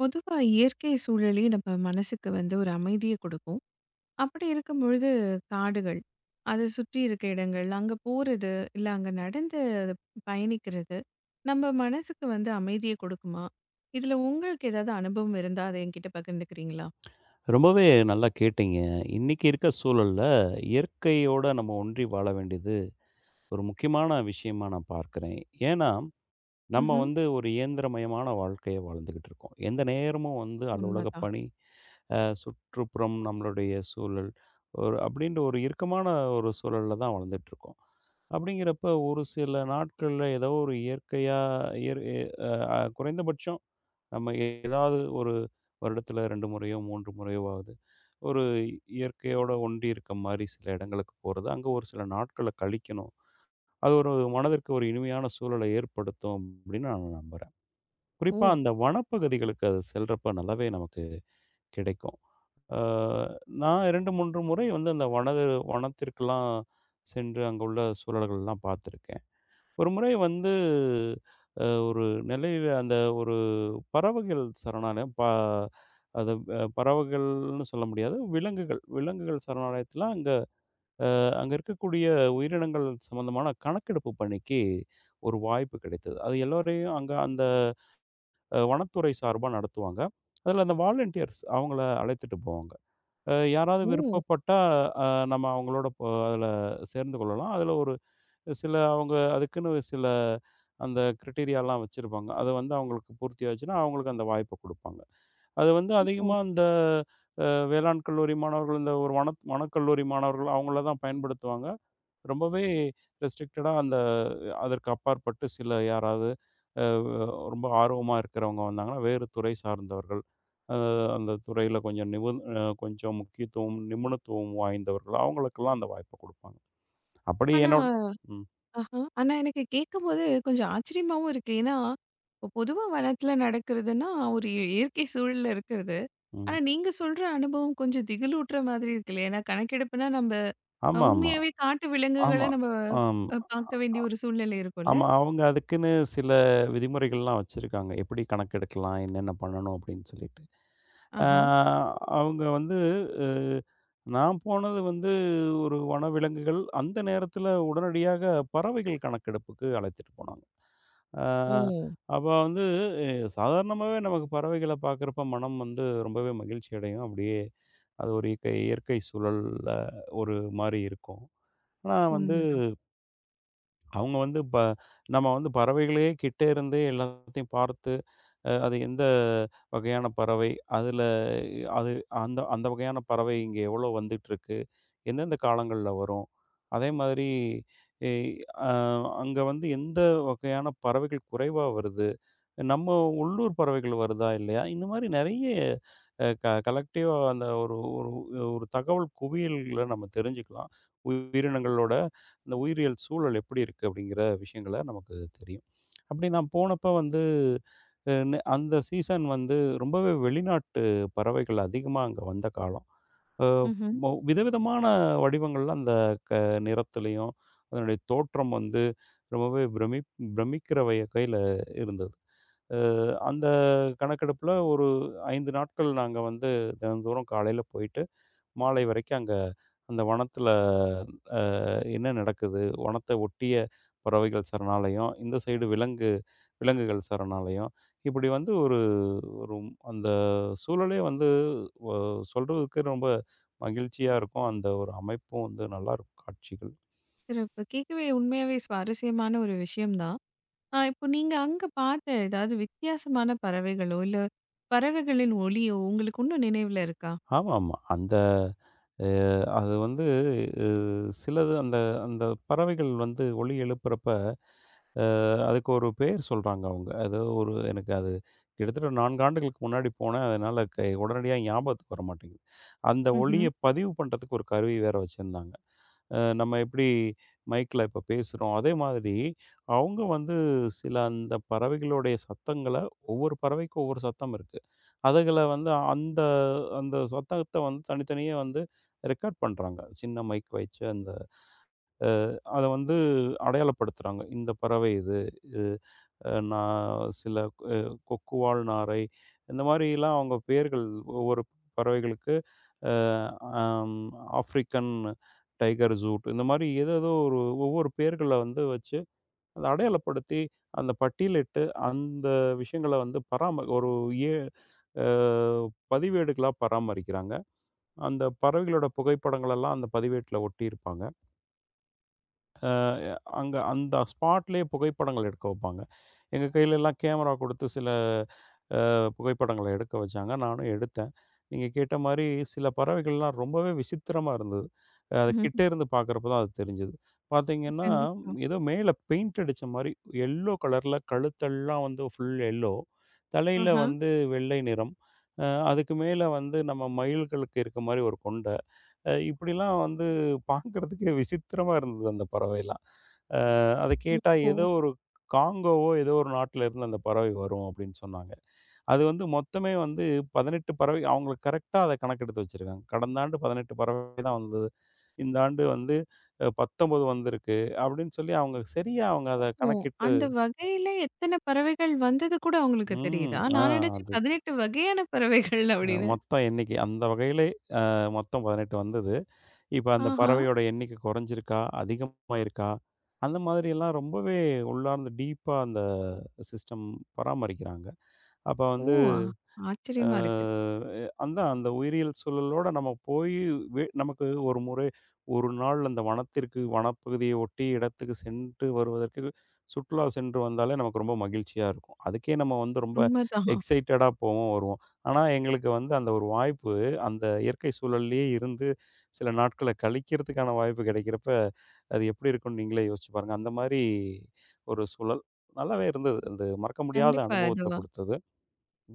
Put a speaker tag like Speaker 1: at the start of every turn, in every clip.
Speaker 1: பொதுவா இயற்கை சூழலே நம்ம மனசுக்கு வந்து ஒரு அமைதிய கொடுக்கும். அப்படி இருக்கும்பொழுது காடுகள், அத சுற்றி இருக்க இடங்கள், அங்க போறது, இல்ல அங்க நடந்து அது பயணிக்கிறது, நம்ம மனசுக்கு வந்து அமைதிய கொடுக்குமா? இதுல உங்களுக்கு ஏதாவது அனுபவம் இருந்தா, அத என்கிட்ட பகிர்ந்துக்கிறீங்களா?
Speaker 2: ரொம்பவே நல்லா கேட்டீங்க. இன்னைக்கு இருக்க சூழல்ல, இயற்கையோட நம்ம ஒன்றி வாழ வேண்டியது ஒரு முக்கியமான விஷயமா நான் பார்க்கிறேன். ஏன்னா, நம்ம
Speaker 1: ம்ஹ்ம்.
Speaker 2: வந்து ஒரு இயந்திரமயமான வாழ்க்கைய வாழ்ந்துகிட்டு இருக்கோம். எந்த நேரமும் வந்து அலுவலக
Speaker 1: உண்மதான்.
Speaker 2: பணி, சுற்றுப்புறம், நம்மளுடைய சூழல், ஒரு அப்படின்ற ஒரு இறுக்கமான ஒரு சூழல்ல தான் வாழ்ந்துட்டு இருக்கோம். அப்படிங்கிறப்ப ஒரு சில நாட்கள்ல ஏதோ ஒரு இயற்கையா இயற் குறைந்தபட்சம் நம்ம ஏதாவது ஒரு வருடத்துல 2 முறையோ, 3 முறையோவாவது ஒரு இயற்கையோட ஒன்றி இருக்க மாரி சில இடங்களுக்கு போறது. அங்க ஒரு சில நாட்கள கழிக்கணும். அது ஒரு மனதிற்கு ஒரு இனிமையான சூழலை ஏற்படுத்தும் அப்படின்னு நான் நம்புறேன். குறிப்பா
Speaker 1: ஓ!
Speaker 2: அந்த வனப்பகுதிகளுக்கு அது செல்றப்ப நல்லாவே நமக்கு கிடைக்கும். ஆ நான் 2, 3 முறை வந்து அந்த வனத்திற்கெல்லாம் சென்று அங்க உள்ள சூழல்கள்லாம் பார்த்துருக்கேன். ஒரு முறை வந்து ஒரு நெல்லையில அந்த ஒரு பறவைகள் சரணாலயம் அது பறவைகள்னு சொல்ல முடியாது. விலங்குகள் விலங்குகள் சரணாலயத்தில அங்க அங்க இருக்கக்கூடிய உயிரினங்கள் சம்மந்தமான கணக்கெடுப்பு பணிக்கு ஒரு வாய்ப்பு கிடைத்தது. அது எல்லோரையும் அங்க அந்த வனத்துறை சார்பா நடத்துவாங்க. அதில அந்த வாலண்டியர்ஸ் அவங்கள அழைத்துட்டு போவாங்க. யாராவது
Speaker 1: ஓ!
Speaker 2: விருப்பப்பட்டா அ நம்ம அவங்களோட அதில சேர்ந்து கொள்ளலாம். அதில ஒரு சில அவங்க அதுக்குன்னு சில அந்த கிரைட்டீரியாலாம் வச்சிருப்பாங்க. அது வந்து அவங்களுக்கு பூர்த்தி ஆச்சுன்னா, அவங்களுக்கு அந்த வாய்ப்ப குடுப்பாங்க. அது வந்து
Speaker 1: ஓ!
Speaker 2: அதிகமா இந்த வேளாண் கல்லூரி மாணவர்கள், இந்த ஒரு வனக்கல்லூரி மாணவர்கள் அவங்கள தான் பயன்படுத்துவாங்க. ரொம்பவே ரெஸ்ட்ரிக்டடா அந்த அதற்கு அப்பாற்பட்டு சில யாராவது அ ரொம்ப ஆர்வமா இருக்கிறவங்க வந்தாங்கன்னா, வேறு துறை சார்ந்தவர்கள், அ அந்த துறையில கொஞ்சம் கொஞ்சம் முக்கியத்துவம், நிபுணத்துவம் வாய்ந்தவர்கள் அவங்களுக்கெல்லாம் அந்த வாய்ப்ப குடுப்பாங்க. அப்படி
Speaker 1: ஆனா
Speaker 2: என்னோட ம்,
Speaker 1: ஆஹா. ஆனா எனக்கு கேட்கும்போது கொஞ்சம் ஆச்சரியமாவும் இருக்கு. ஏன்னா, இப்போ பொதுவா வனத்தில நடக்கிறதுன்னா, ஒரு இயற்கை சூழல்ல இருக்கிறது. ஆனா,
Speaker 2: ம்.
Speaker 1: நீங்க சொல்ற அனுபவம் கொஞ்சம் திகிலூட்டுற மாதிரி இருக்குல்ல. ஏன்னா கணக்கெடுப்புனா நம்ப
Speaker 2: ஆமாமா.
Speaker 1: உண்மையாவே காட்டு விலங்குகள
Speaker 2: ஆமா.
Speaker 1: நம்ம
Speaker 2: ஆமா.
Speaker 1: பார்க்க வேண்டிய ஒரு சூழ்நிலை இருக்கும்ல.
Speaker 2: ஆமா. அவங்க அதுக்குன்னு சில விதிமுறைகள்லாம் வச்சிருக்காங்க. எப்படி கணக்கெடுக்கலாம், என்னென்ன பண்ணணும் அப்படின்னு சொல்லிட்டு. அ
Speaker 1: ஆஹா.
Speaker 2: அவங்க வந்து அ நான் போனது வந்து ஒரு வனவிலங்குகள், அந்த நேரத்தில உடனடியாக பறவைகள் கணக்கெடுப்புக்கு அழைத்துட்டு போனாங்க. அ
Speaker 1: ஓ!
Speaker 2: அப்ப வந்து எ சாதாரணமாவே நமக்கு பறவைகள பார்க்குறப்ப மனம் வந்து ரொம்பவே மகிழ்ச்சி அடையும். அப்படியே அது ஒரு இயற்கை இயற்கை சூழல்ல ஒரு மாரி இருக்கும். ஆனா வந்து
Speaker 1: உண்மதான்.
Speaker 2: அவங்க வந்து நம்ம வந்து பறவைகளே கிட்ட இருந்தே எல்லாத்தையும் பார்த்து அது எந்த வகையான பறவை? அதில அது அந்த அந்த வகையான பறவை இங்கே எவ்வளோ வந்துட்டுருக்கு? எந்தெந்த காலங்கள்ல வரும்? அதே மாதிரி எ அ அங்க வந்து எந்த வகையான பறவைகள் குறைவா வருது? நம்ம உள்ளூர் பறவைகள் வருதா இல்லையா? இந்த மாரி நெறைய கலெக்டிவா அந்த ஒரு ஒரு ஒரு தகவல் குவியல்கள நம்ம தெரிஞ்சுக்கலாம். உயிரினங்களோட அந்த உயிரியல் சூழல் எப்படி இருக்கு அப்படிங்கிற விஷயங்கள நமக்கு தெரியும். அப்படி நான் போனப்ப வந்து அந்த சீசன் வந்து ரொம்பவே வெளிநாட்டு பறவைகள் அதிகமா அங்க வந்த காலம். அ
Speaker 1: ம்ஹ்ம்.
Speaker 2: விதவிதமான வடிவங்கள்ல அந்த க நிறத்திலயும், அதனுடைய தோற்றம் வந்து ரொம்பவே பிரமிக்கிற வகையில இருந்தது. அந்த கணக்கெடுப்பில ஒரு 5 நாட்கள் நாங்க வந்து தினந்தோறும் காலையில போயிட்டு, மாலை வரைக்கும் அங்க அந்த வனத்தில அ என்ன நடக்குது? வனத்த ஒட்டிய பறவைகள் சரணாலயம், இந்த சைடு விலங்குகள் சரணாலயம். இப்படி வந்து ஒரு ஒரு ம்- அந்த சூழலே வந்து ஒ சொல்றதுக்கு ரொம்ப மகிழ்ச்சியா இருக்கும். அந்த ஒரு அமைப்பும் வந்து நல்லாயிருக்கும் காட்சிகள்.
Speaker 1: சிறப்பு. கேட்கவே உண்மையாவே சுவாரஸ்யமான ஒரு விஷயம் தான். இப்போ நீங்க அங்க பார்த்த ஏதாவது வித்தியாசமான பறவைகளோ, இல்ல பறவைகளின் ஒலியோ உங்களுக்கு இன்னும் நினைவுல இருக்கா?
Speaker 2: ஆமாமா. அந்த அ அது வந்து அ சிலது அந்த அந்த பறவைகள் வந்து ஒலி எழுப்புறப்ப, அ அதுக்கு ஒரு பேர் சொல்றாங்க அவங்க. அது ஒரு எனக்கு அது கிட்டத்தட்ட 4 ஆண்டுகளுக்கு முன்னாடி போனேன். அதனால உடனடியா ஞாபகத்துக்கு வர மாட்டேங்குது. அந்த ஒலிய
Speaker 1: ம்ஹ்ம்.
Speaker 2: பதிவு பண்றதுக்கு ஒரு கருவி வேற வச்சிருந்தாங்க. நம்ம எப்படி மைக்ல இப்ப பேசுறோம், அதே மாதிரி அவங்க வந்து சில அந்த பறவைகளுடைய சத்தங்கள ஒவ்வொரு பறவைக்கும் ஒவ்வொரு சத்தம் இருக்கும். அதுகள வந்து அந்த அந்த சத்தத்த வந்து தனித்தனியா வந்து ரெக்கார்ட் பண்றாங்க. சின்ன மைக் வச்சு அந்த அத வந்து அடையாளப்படுத்துறாங்க. இந்த பறவை இது. இது நான் சில அ கொக்குவால் நாரை இந்த மாரிலாம் அவங்க பெயர்கள் ஒவ்வொரு பறவைகளுக்கு அ அம் ஆஃப்ரிக்கன் டைகர் ஜூட் இந்த மாரி ஏதேதோ ஒரு ஒவ்வொரு பெயர்கள வந்து வச்சு அத அடையாளப்படுத்தி அந்த பட்டியலிட்டு அந்த விஷயங்கள வந்து ஒரு ஏ அஹ், பதிவேடுகளா பராமரிக்கிறாங்க. அந்த பறவைகளோட புகைப்படங்கள் எல்லாம் அந்த பதிவேட்டில ஒட்டியிருப்பாங்க. அ அங்க அந்த ஸ்பாட்லயே புகைப்படங்கள் எடுக்க வைப்பாங்க. எங்க கையிலலாம் கேமரா கொடுத்து சில புகைப்படங்கள எடுக்க வச்சாங்க. நானும் எடுத்தேன். நீங்க கேட்ட மாரி சில பறவைகள்லாம் ரொம்பவே விசித்திரமா இருந்தது. அது
Speaker 1: ம்.
Speaker 2: கிட்ட இருந்து பார்க்குறப்ப தான் அது தெரிஞ்சது. பார்த்தீங்கன்னா,
Speaker 1: கண்டிப்பா.
Speaker 2: ஏதோ மேல பெயிண்ட் அடிச்ச மாரி எல்லோ கலர்ல கழுத்தெல்லாம் வந்து ஃபுல் எல்லோ. தலையில
Speaker 1: ஆஹா.
Speaker 2: வந்து வெள்ளை நிறம். அ அதுக்கு மேல வந்து நம்ம மயில்களுக்கு இருக்க மாரி ஒரு கொண்ட. இப்படிலாம் வந்து பார்க்கறதுக்கே விசித்திரமா இருந்தது அந்த பறவைலாம். அ அத கேட்டா ஏதோ
Speaker 1: ஓ!
Speaker 2: ஒரு காங்கோவோ, ஏதோ ஒரு நாட்டில இருந்து அந்த பறவை வரும் அப்படின்னு சொன்னாங்க. அது வந்து மொத்தமே வந்து 18 பறவை அவங்களுக்கு கரெக்ட்டா அத கணக்கெடுத்து வச்சிருக்காங்க. கடந்த ஆண்டு 18 பறவை தான் வந்தது. இந்த ஆண்டு வந்து 19 வந்திருக்கு அப்படின்னு சொல்லி அவங்க சரியா அவங்க அத
Speaker 1: ஓ!
Speaker 2: கணக்கிட்டு
Speaker 1: அந்த வகையில எத்தன பறவைகள் வந்தது கூட அவங்களுக்கு
Speaker 2: ம்.
Speaker 1: தெரியுதா?
Speaker 2: ஆ
Speaker 1: நான் நினைச்சேன்
Speaker 2: அது
Speaker 1: 18 வகையான பறவைகள் அப்படின்னு.
Speaker 2: மொத்தம் எண்ணிக்கை. அந்த வகையிலே மொத்தம் 18 வந்தது. இப்ப அந்த
Speaker 1: ஆஹா!
Speaker 2: பறவையோட எண்ணிக்கை குறைஞ்சிருக்கா? அதிகமா இருக்கா? அந்த மாதிரியெல்லாம் ரொம்பவே உள்ளார்ந்து டீப்பா அந்த சிஸ்டம் பராமரிக்கிறாங்க. அப்ப
Speaker 1: ஓ!
Speaker 2: வந்து
Speaker 1: ஆ ஆச்சரியமா இருக்கு.
Speaker 2: அ அதான் அந்த உயிரியல் சூழலோட நம்ம போயி நமக்கு ஒரு முறை 1 நாள் அந்த வனப்பகுதியை ஒட்டி இடத்துக்கு சென்று வருவதற்கு சுற்றுலா சென்று வந்தாலே நமக்கு ரொம்ப மகிழ்ச்சியா இருக்கும். அதுக்கே நம்ம வந்து ரொம்ப
Speaker 1: உண்மதான்.
Speaker 2: எக்ஸைட்டடா போவோம், வருவோம். ஆனா எங்களுக்கு வந்து அந்த ஒரு வாய்ப்பு அந்த இயற்கை சூழல்லயே இருந்து சில நாட்கள கழிக்கிறதுக்கான வாய்ப்பு கிடைக்கிறப்ப, அது எப்படி இருக்கும்னு நீங்களே யோசிச்சு பாருங்க. அந்த மாரி ஒரு சூழல் நல்லாவே இருந்தது. அந்த மறக்க முடியாத
Speaker 1: கண்டிப்பா.
Speaker 2: அனுபவத்த குடுத்தது.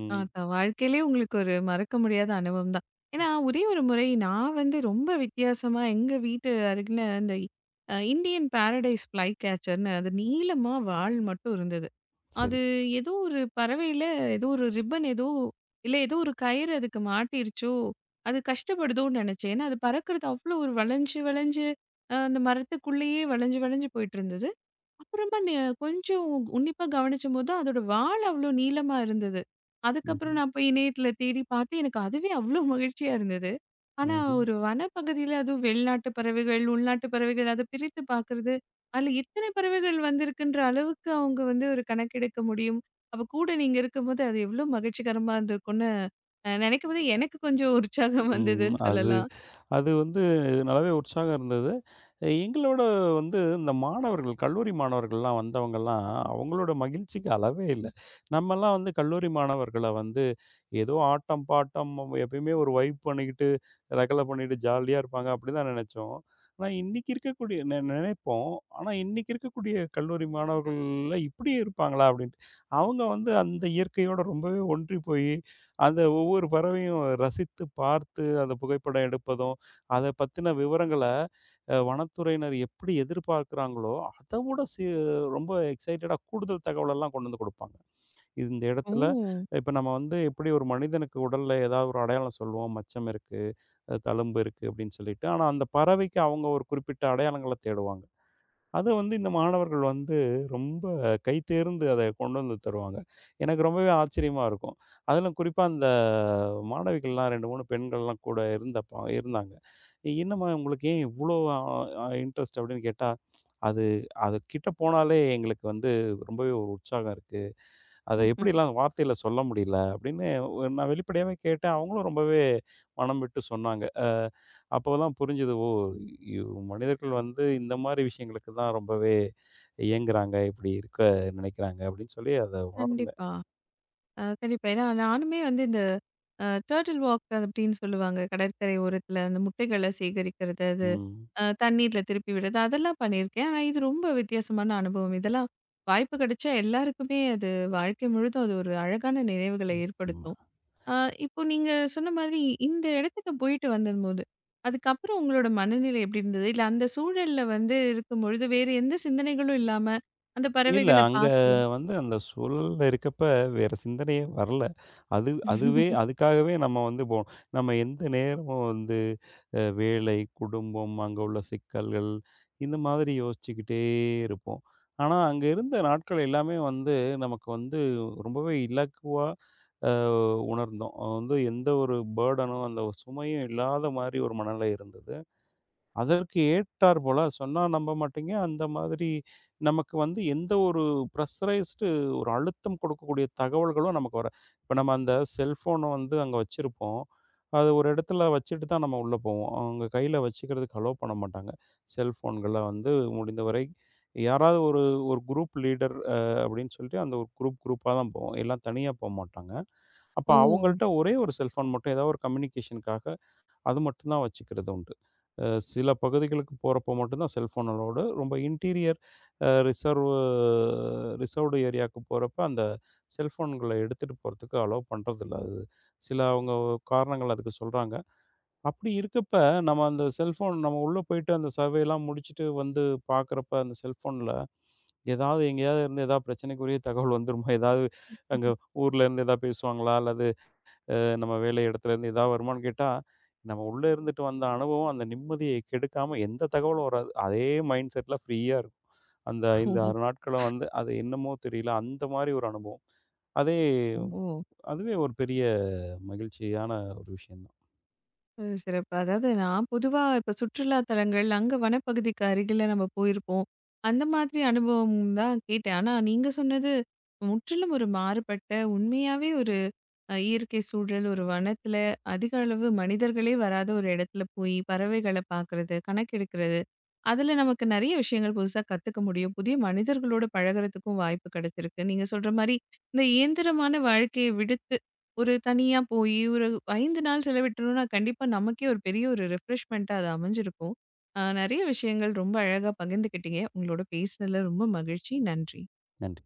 Speaker 2: ம்.
Speaker 1: அதான் வாழ்க்கையிலயே உங்களுக்கு ஒரு மறக்க முடியாத அனுபவம் தான். ஏன்னா, ஒரே ஒரு முறை நான் வந்து ரொம்ப வித்தியாசமா எங்க வீட்டு அருகில அந்த இந்தியன் பாரடைஸ் ஃப்ளை கேச்சர்ன்னு அது நீளமா வால் மட்டும் இருந்தது. அது
Speaker 2: சரி.
Speaker 1: ஏதோ ஒரு பறவையில ஏதோ ஒரு ரிப்பன் ஏதோ இல்ல ஏதோ ஒரு கயிறு அதுக்கு மாட்டிருச்சோ! அது கஷ்டப்படுதோன்னு நினச்சேன். ஏன்னா அது பறக்கிறது அவ்ளோ ஒரு வளைஞ்சு, வளைஞ்சு அந்த மரத்துக்குள்ளேயே வளைஞ்சு, வளைஞ்சு போயிட்டுருந்தது. அப்புறமா கொஞ்சம் உன்னிப்பா கவனிச்சம்போது, அதோட வால் அவ்ளோ நீளமா இருந்தது. அதுக்கப்புறம்
Speaker 2: ம்ஹ்ம்.
Speaker 1: நான் போய் இணையத்தில தேடி பார்த்து, எனக்கு அதுவே அவ்ளோ மகிழ்ச்சியா இருந்தது. ஆனா
Speaker 2: ம்ஹ்ம்.
Speaker 1: ஒரு வனப்பகுதியில அதுவும் வெளிநாட்டு பறவைகள், உள்நாட்டு பறவைகள் அத பிரித்து பார்க்கறது, அதில இத்தனை பறவைகள் வந்திருக்குன்ற அளவுக்கு அவங்க வந்து ஒரு கணக்கெடுக்க முடியும். அப்ப கூட நீங்க இருக்கும்போது, அது எவ்ளோ மகிழ்ச்சிகரமா இருந்திருக்கும்னு நெனைக்கும்போது எனக்கு கொஞ்சம் உற்சாகம்
Speaker 2: ம்.
Speaker 1: வந்ததுன்னு
Speaker 2: அது
Speaker 1: சொல்லலாம்.
Speaker 2: அது வந்து நல்லாவே உற்சாகம் இருந்தது. எங்களோட வந்து இந்த மாணவர்கள், கல்லூரி மாணவர்கள்லாம் வந்தவங்கலாம், அவங்களோட மகிழ்ச்சிக்கு அளவே இல்ல. நம்மலாம் வந்து கல்லூரி மாணவர்கள வந்து ஏதோ ஆட்டம், பாட்டம் நம்ம எப்பயுமே ஒரு வைப் பண்ணிக்கிட்டு, ரகளை பண்ணிட்டு ஜாலியா இருப்பாங்க அப்படின்னு தான் நினைச்சோம். ஆனா இன்னைக்கு இருக்கக்கூடிய நினைப்போம். ஆனா இன்னைக்கு இருக்கக்கூடிய கல்லூரி மாணவர்கள்ல இப்படி இருப்பாங்களா? அப்படின்ட்டு. அவங்க வந்து அந்த இயற்கையோட ரொம்பவே ஒன்றி போய், அந்த ஒவ்வொரு பறவையும் ரசித்து பார்த்து, அந்த புகைப்படம் எடுப்பதும், அத பத்தின விவரங்கள வனத்துறையினர் எப்படி எதிர்பார்க்கிறாங்களோ, அத விட ரொம்ப எக்ஸைட்டடா கூடுதல் தகவலெல்லாம் கொண்டு வந்து குடுப்பாங்க. இந்த
Speaker 1: ஓ!
Speaker 2: இடத்துல இப்ப நம்ம வந்து எப்படி ஒரு மனிதனுக்கு உடல்ல ஏதாவது ஒரு அடையாளம் சொல்லுவோம். மச்சம் இருக்கு, தழும்பு இருக்கு அப்படின்னு சொல்லிட்டு. ஆனா அந்த பறவைக்கு அவங்க ஒரு குறிப்பிட்ட அடையாளங்கள தேடுவாங்க. அது வந்து இந்த மாணவர்கள் வந்து ரொம்ப கைதேர்ந்து அத கொண்டு வந்து தருவாங்க. எனக்கு ரொம்பவே ஆச்சரியமா இருக்கும். அதிலும் குறிப்பா அந்த மாணவிகள்லாம் 2, 3 பெண்கள்லாம் கூட இருந்தாங்க. "என்னம்மா உங்களுக்கு ஏன் இவ்ளோ அ அ இன்ட்ரெஸ்ட்?" அப்படின்னு கேட்டா, "அது அது கிட்ட போனாலே எங்களுக்கு வந்து ரொம்பவே ஒரு உற்சாகம் இருக்கு." அத எப்படிலாம் வார்த்தையில சொல்ல முடியல அப்படின்னு நான் வெளிப்படையாவே கேட்டேன். அவங்களும் ரொம்பவே மனம் விட்டு சொன்னாங்க. அப்போதான் புரிஞ்சது. ஓ! இவ் மனிதர்கள் வந்து இந்த மாரி விஷயங்களுக்கு தான் ரொம்பவே இயங்குறாங்க. இப்படி இருக்க நினைக்கிறாங்க அப்படின்னு சொல்லி அத உணர்ந்தேன்.
Speaker 1: கண்டிப்பா. கண்டிப்பா. ஏன்னா நானுமே வந்து இந்த டர்ட்டில் வாக் அப்படின்னு சொல்லுவாங்க. கடற்கரை ஓரத்துல அந்த முட்டைகள சேகரிக்கிறது, அது
Speaker 2: ம்.
Speaker 1: தண்ணீர்ல திருப்பி விடுறது, அதெல்லாம் பண்ணியிருக்கேன். ஆனா இது ரொம்ப வித்தியாசமான அனுபவம். இதெல்லாம் வாய்ப்பு கிடைச்சா எல்லாருக்குமே அது வாழ்க்கை முழுதும் அது ஒரு அழகான நினைவுகளை ஏற்படுத்தும்.
Speaker 2: ம்.
Speaker 1: அ இப்போ நீங்க சொன்ன மாதிரி இந்த இடத்துக்கு போயிட்டு வந்தும்போது, அதுக்கப்புறம் உங்களோட மனநிலை எப்படி இருந்தது? இல்ல அந்த சூழல்ல வந்து இருக்கும்பொழுது வேறு எந்த சிந்தனைகளும் இல்லாம அந்த
Speaker 2: இல்ல.
Speaker 1: பறவைகள
Speaker 2: அங்க
Speaker 1: பார்க்குறது.
Speaker 2: வந்து அந்த சூழல்ல இருக்கப்ப வேற சிந்தனையே வரல. அது அதுவே அதுக்காகவே நம்ம வந்து போனோம். நம்ம எந்த நேரமும் வந்து வேலை, குடும்பம், அங்க உள்ள சிக்கல்கள் இந்த மாதிரி யோசிச்சுக்கிட்டே இருப்போம். ஆனா, அங்க இருந்த நாட்கள் எல்லாமே வந்து நமக்கு வந்து ரொம்பவே இலகுவா அ உணர்ந்தோம். வந்து எந்த ஒரு பர்டனும் அந்த ஒரு சுமையும் இல்லாத மாரி ஒரு மனநிலை இருந்தது. அதற்கு ஏற்றார் போல சொன்னா நம்ப மாட்டீங்க. அந்த மாதிரி நமக்கு வந்து எந்த ஒரு ப்ரஷரைஸ்டு ஒரு அழுத்தம் கொடுக்கக்கூடிய தகவல்களும் நமக்கு வர இப்ப நம்ம அந்த செல்ஃபோன வந்து அங்க வச்சிருப்போம். அது ஒரு இடத்துல வச்சுட்டு தான் நம்ம உள்ள போவோம். அவங்க கையில வச்சுக்கிறதுக்கு அலோ பண்ண மாட்டாங்க. செல்ஃபோன்கள வந்து முடிந்தவரை யாராவது ஒரு ஒரு குரூப் லீடர் அப்படின்னு சொல்லிட்டு அந்த ஒரு குரூப்பா தான் போவோம். எல்லாம் தனியா போமாட்டாங்க. அப்ப
Speaker 1: ஓ!
Speaker 2: அவங்கள்ட்ட ஒரே ஒரு செல்ஃபோன் மட்டும் ஏதாவது ஒரு கம்யூனிகேஷனுக்காக அது மட்டும்தான் வச்சுக்கிறது உண்டு. அ சில பகுதிகளுக்கு போறப்போ மட்டும்தான் செல்ஃபோன் அலோவ்டு. ரொம்ப இன்டீரியர் அ ரிசர்வ் ரிசர்வ்டு ஏரியாவுக்கு போறப்ப அந்த செல்ஃபோன்கள எடுத்துட்டு போறதுக்கு அலோவ் பண்றதில்ல. அது சில அவங்க காரணங்கள் அதுக்கு சொல்றாங்க. அப்படி இருக்கப்ப, நம்ம அந்த செல்ஃபோன் நம்ம உள்ள போயிட்டு அந்த சர்வேலாம் முடிச்சுட்டு வந்து பார்க்குறப்ப, அந்த செல்ஃபோன்ல ஏதாவது எங்கேயாவது இருந்து ஏதாவது பிரச்சனைக்குரிய தகவல் வந்துருமா? ஏதாவது அங்க ஊர்ல இருந்து ஏதாவது பேசுவாங்களா? அல்லது அ நம்ம வேலை இடத்துலேருந்து ஏதாவது வருமான்னு கேட்டா, நம்ம உள்ள இருந்துட்டு வந்த அனுபவம் அந்த நிம்மதிய கெடுக்காம எந்த தகவலும் வராது. அதே மைண்ட் செட்ல ஃப்ரீயா இருக்கும். அந்த 5, 6
Speaker 1: ஓ!
Speaker 2: நாட்களும் வந்து அது என்னமோ தெரியல. அந்த மாரி ஒரு அனுபவம். அதே
Speaker 1: ஓ.
Speaker 2: அதுவே ஒரு பெரிய மகிழ்ச்சியான ஒரு விஷயம் தான்.
Speaker 1: ம், சிறப்பு. அதாவது நான் பொதுவா இப்ப சுற்றுலா தலங்கள், அங்க வனப்பகுதிக்கு அருகில நம்ம போயிருப்போம். அந்த மாதிரி அனுபவம் தான் கேட்டேன். ஆனா நீங்க சொன்னது முற்றிலும் ஒரு மாறுபட்ட, உண்மையாவே ஒரு இயற்கை சூழல், ஒரு வனத்தில அதிக அளவு மனிதர்களே வராத ஒரு இடத்துல போய் பறவைகள பார்க்குறது, கணக்கெடுக்கிறது. அதில நமக்கு நெறைய விஷயங்கள் புதுசா கத்துக்க முடியும். புதிய மனிதர்களோட பழகுறதுக்கும் வாய்ப்பு கிடைச்சிருக்கு. நீங்க சொல்ற மாரி இந்த இயந்திரமான வாழ்க்கைய விடுத்து, ஒரு தனியா போயி ஒரு 5 நாள் செலவிட்டோம்னா, கண்டிப்பா நமக்கே ஒரு பெரிய ஒரு ரிஃப்ரெஷ்மெண்ட்டா அது அமைஞ்சிருக்கும். நெறைய விஷயங்கள் ரொம்ப அழகா பகிர்ந்துக்கிட்டீங்க. உங்களோட பேசினதில ரொம்ப மகிழ்ச்சி. நன்றி.
Speaker 2: நன்றி.